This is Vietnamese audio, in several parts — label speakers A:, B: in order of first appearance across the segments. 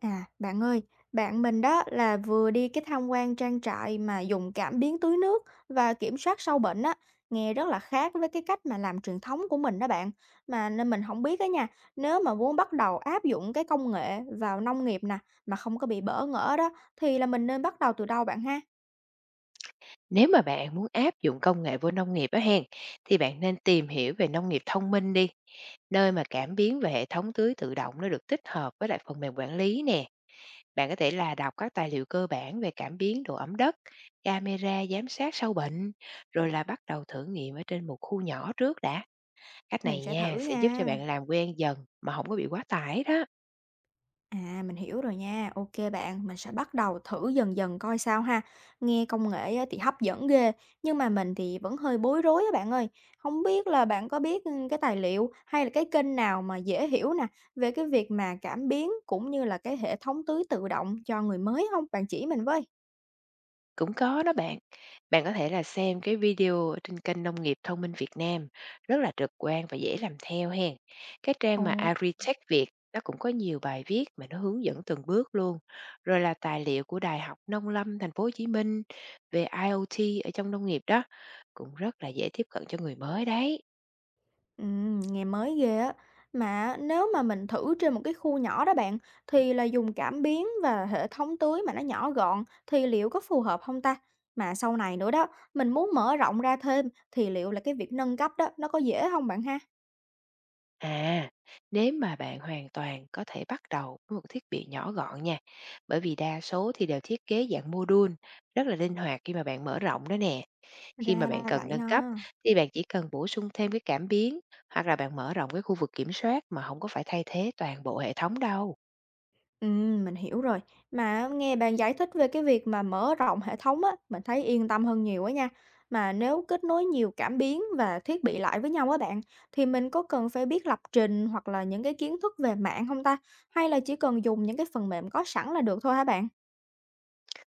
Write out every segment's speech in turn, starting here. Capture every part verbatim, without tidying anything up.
A: À, bạn ơi, bạn mình đó là vừa đi cái tham quan trang trại mà dùng cảm biến tưới nước và kiểm soát sâu bệnh á, nghe rất là khác với cái cách mà làm truyền thống của mình đó bạn. Mà nên mình không biết đó nha, nếu mà muốn bắt đầu áp dụng cái công nghệ vào nông nghiệp nè, mà không có bị bỡ ngỡ đó, thì là mình nên bắt đầu từ đâu bạn ha?
B: Nếu mà bạn muốn áp dụng công nghệ vô nông nghiệp á hen, thì bạn nên tìm hiểu về nông nghiệp thông minh đi, nơi mà cảm biến và hệ thống tưới tự động nó được tích hợp với lại phần mềm quản lý nè. Bạn có thể là đọc các tài liệu cơ bản về cảm biến độ ẩm đất, camera giám sát sâu bệnh, rồi là bắt đầu thử nghiệm ở trên một khu nhỏ trước đã. Cách
A: Mình
B: này
A: sẽ
B: nha
A: thử
B: sẽ giúp cho
A: nha.
B: bạn làm quen dần mà không có bị quá tải đó.
A: À, mình hiểu rồi nha. OK bạn, mình sẽ bắt đầu thử dần dần coi sao ha. Nghe công nghệ á thì hấp dẫn ghê, nhưng mà mình thì vẫn hơi bối rối á bạn ơi. Không biết là bạn có biết, ừ, cái tài liệu hay là cái kênh nào mà dễ hiểu nè, về cái việc mà cảm biến cũng như là cái hệ thống tưới tự động cho người mới không? Bạn chỉ mình với.
B: Cũng có đó bạn. Bạn có thể là xem cái video ở trên kênh Nông nghiệp thông minh Việt Nam, rất là trực quan và dễ làm theo hen. Cái trang mà
A: Ồ.
B: Agritech Việt nó cũng có nhiều bài viết mà nó hướng dẫn từng bước luôn. Rồi là tài liệu của Đại học Nông lâm Thành phố Hồ Chí Minh về IoT ở trong nông nghiệp đó cũng rất là dễ tiếp cận cho người mới đấy.
A: Ừm, nghe mới ghê á. Mà nếu mà mình thử trên một cái khu nhỏ đó bạn, thì là dùng cảm biến và hệ thống tưới mà nó nhỏ gọn thì liệu có phù hợp không ta? Mà sau này nữa đó, mình muốn mở rộng ra thêm thì liệu là cái việc nâng cấp đó nó có dễ không bạn ha?
B: À, nếu mà bạn hoàn toàn có thể bắt đầu với một thiết bị nhỏ gọn nha, bởi vì đa số thì đều thiết kế dạng module, rất là linh hoạt khi mà bạn mở rộng đó nè. Khi mà
A: Ra
B: bạn
A: là
B: cần
A: vậy
B: nâng cấp
A: ha.
B: thì bạn chỉ cần bổ sung thêm cái cảm biến, hoặc là bạn mở rộng cái khu vực kiểm soát mà không có phải thay thế toàn bộ hệ thống đâu.
A: Ừm, mình hiểu rồi. Mà nghe bạn giải thích về cái việc mà mở rộng hệ thống á, mình thấy yên tâm hơn nhiều á nha. Mà nếu kết nối nhiều cảm biến và thiết bị lại với nhau á bạn, thì mình có cần phải biết lập trình hoặc là những cái kiến thức về mạng không ta? Hay là chỉ cần dùng những cái phần mềm có sẵn là được thôi hả bạn?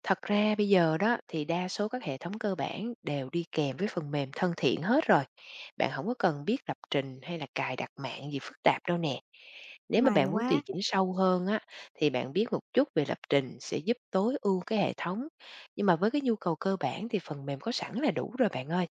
B: Thật ra bây giờ đó thì đa số các hệ thống cơ bản đều đi kèm với phần mềm thân thiện hết rồi. Bạn không có cần biết lập trình hay là cài đặt mạng gì phức tạp đâu nè. Nếu mà
A: May
B: bạn muốn
A: quá.
B: tùy chỉnh sâu hơn á, thì bạn biết một chút về lập trình sẽ giúp tối ưu cái hệ thống. Nhưng mà với cái nhu cầu cơ bản thì phần mềm có sẵn là đủ rồi bạn ơi.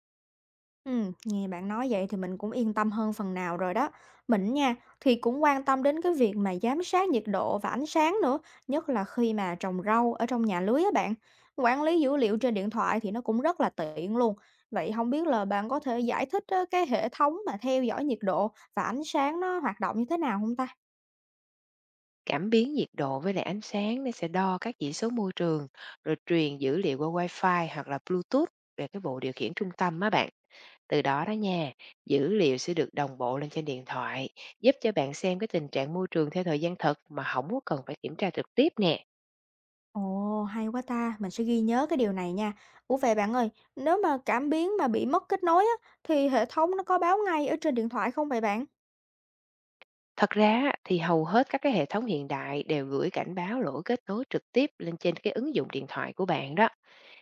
A: Ừm, nghe bạn nói vậy thì mình cũng yên tâm hơn phần nào rồi đó. Mình nha, thì cũng quan tâm đến cái việc mà giám sát nhiệt độ và ánh sáng nữa, nhất là khi mà trồng rau ở trong nhà lưới á bạn. Quản lý dữ liệu trên điện thoại thì nó cũng rất là tiện luôn. Vậy không biết là bạn có thể giải thích á, cái hệ thống mà theo dõi nhiệt độ và ánh sáng nó hoạt động như thế nào không ta?
B: Cảm biến nhiệt độ với lại ánh sáng nó sẽ đo các chỉ số môi trường, rồi truyền dữ liệu qua Wi-Fi hoặc là Bluetooth về cái bộ điều khiển trung tâm á bạn. Từ đó đó nha, dữ liệu sẽ được đồng bộ lên trên điện thoại, giúp cho bạn xem cái tình trạng môi trường theo thời gian thật mà không có cần phải kiểm tra trực tiếp nè.
A: Ồ, hay quá ta, mình sẽ ghi nhớ cái điều này nha. Ủa vậy bạn ơi, nếu mà cảm biến mà bị mất kết nối á, thì hệ thống nó có báo ngay ở trên điện thoại không vậy bạn?
B: Thật ra á, thì hầu hết các cái hệ thống hiện đại đều gửi cảnh báo lỗi kết nối trực tiếp lên trên cái ứng dụng điện thoại của bạn đó.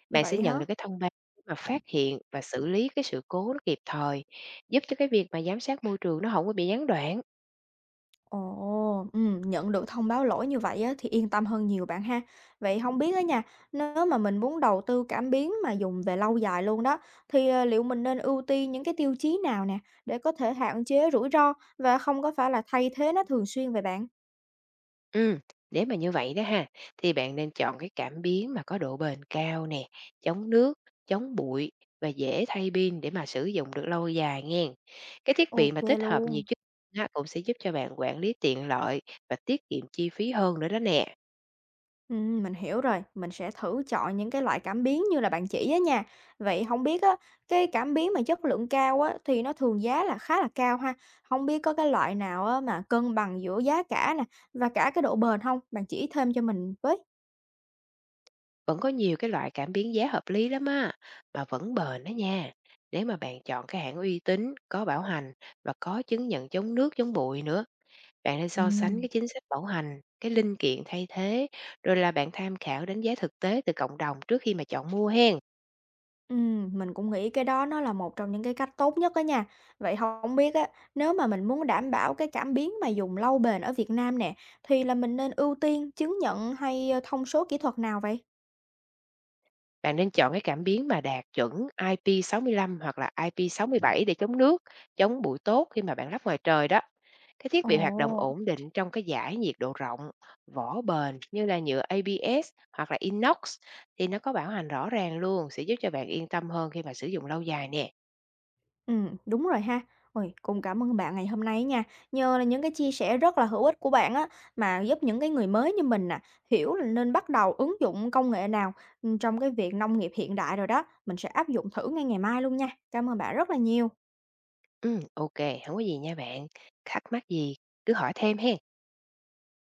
B: Bạn sẽ
A: Vậy hả?
B: nhận được cái thông báo để mà phát hiện và xử lý cái sự cố nó kịp thời, giúp cho cái việc mà giám sát môi trường nó không có bị gián đoạn.
A: Ồ, ừm, nhận được thông báo lỗi như vậy á, thì yên tâm hơn nhiều bạn ha. Vậy không biết á nha, nếu mà mình muốn đầu tư cảm biến mà dùng về lâu dài luôn đó, thì, ờ, liệu mình nên ưu tiên những cái tiêu chí nào nè, để có thể hạn chế rủi ro và không có phải là thay thế nó thường xuyên vậy bạn?
B: Ừm, nếu mà như vậy đó ha, thì bạn nên chọn cái cảm biến mà có độ bền cao nè, chống nước, chống bụi và dễ thay pin để mà sử dụng được lâu dài nghen. Cái thiết bị
A: OK
B: mà tích hợp nhiều
A: luôn.
B: chức năng á, cũng sẽ giúp cho bạn quản lý tiện lợi và tiết kiệm chi phí hơn nữa đó nè.
A: Ừm, mình hiểu rồi, mình sẽ thử chọn những cái loại cảm biến như là bạn chỉ á nha. Vậy không biết á, cái cảm biến mà chất lượng cao á, thì nó thường giá là khá là cao ha. Không biết có cái loại nào á, mà cân bằng giữa giá cả nè, và cả cái độ bền không? Bạn chỉ thêm cho mình với.
B: Vẫn có nhiều cái loại cảm biến giá hợp lý lắm á, mà vẫn bền đó nha. Nếu mà bạn chọn cái hãng uy tín, có bảo hành và có chứng nhận chống nước, chống bụi nữa, bạn nên so sánh
A: Ừm.
B: cái chính sách bảo hành, cái linh kiện thay thế, rồi là bạn tham khảo đánh giá thực tế từ cộng đồng trước khi mà chọn mua hen.
A: Ừm, mình cũng nghĩ cái đó nó là một trong những cái cách tốt nhất đó nha. Vậy không biết á, nếu mà mình muốn đảm bảo cái cảm biến mà dùng lâu bền ở Việt Nam nè, thì là mình nên ưu tiên chứng nhận hay, ơ, thông số kỹ thuật nào vậy?
B: Bạn nên chọn cái cảm biến mà đạt chuẩn i pê sáu mươi lăm hoặc là i pê sáu mươi bảy để chống nước, chống bụi tốt khi mà bạn lắp ngoài trời đó. Cái thiết
A: Ồ.
B: bị hoạt động ổn định trong cái dải nhiệt độ rộng, vỏ bền như là nhựa a bê ét hoặc là inox, thì nó có bảo hành rõ ràng luôn, sẽ giúp cho bạn yên tâm hơn khi mà sử dụng lâu dài nè.
A: Ừm, đúng rồi ha. Ôi, cũng cảm ơn bạn ngày hôm nay nha. Nhờ là những cái chia sẻ rất là hữu ích của bạn á, mà giúp những cái người mới như mình nè, hiểu là nên bắt đầu ứng dụng công nghệ nào, ừm, trong cái việc nông nghiệp hiện đại rồi đó. Mình sẽ áp dụng thử ngay ngày mai luôn nha. Cảm ơn bạn rất là nhiều.
B: Ừ, ok, không có gì nha bạn. Thắc mắc gì cứ hỏi thêm ha.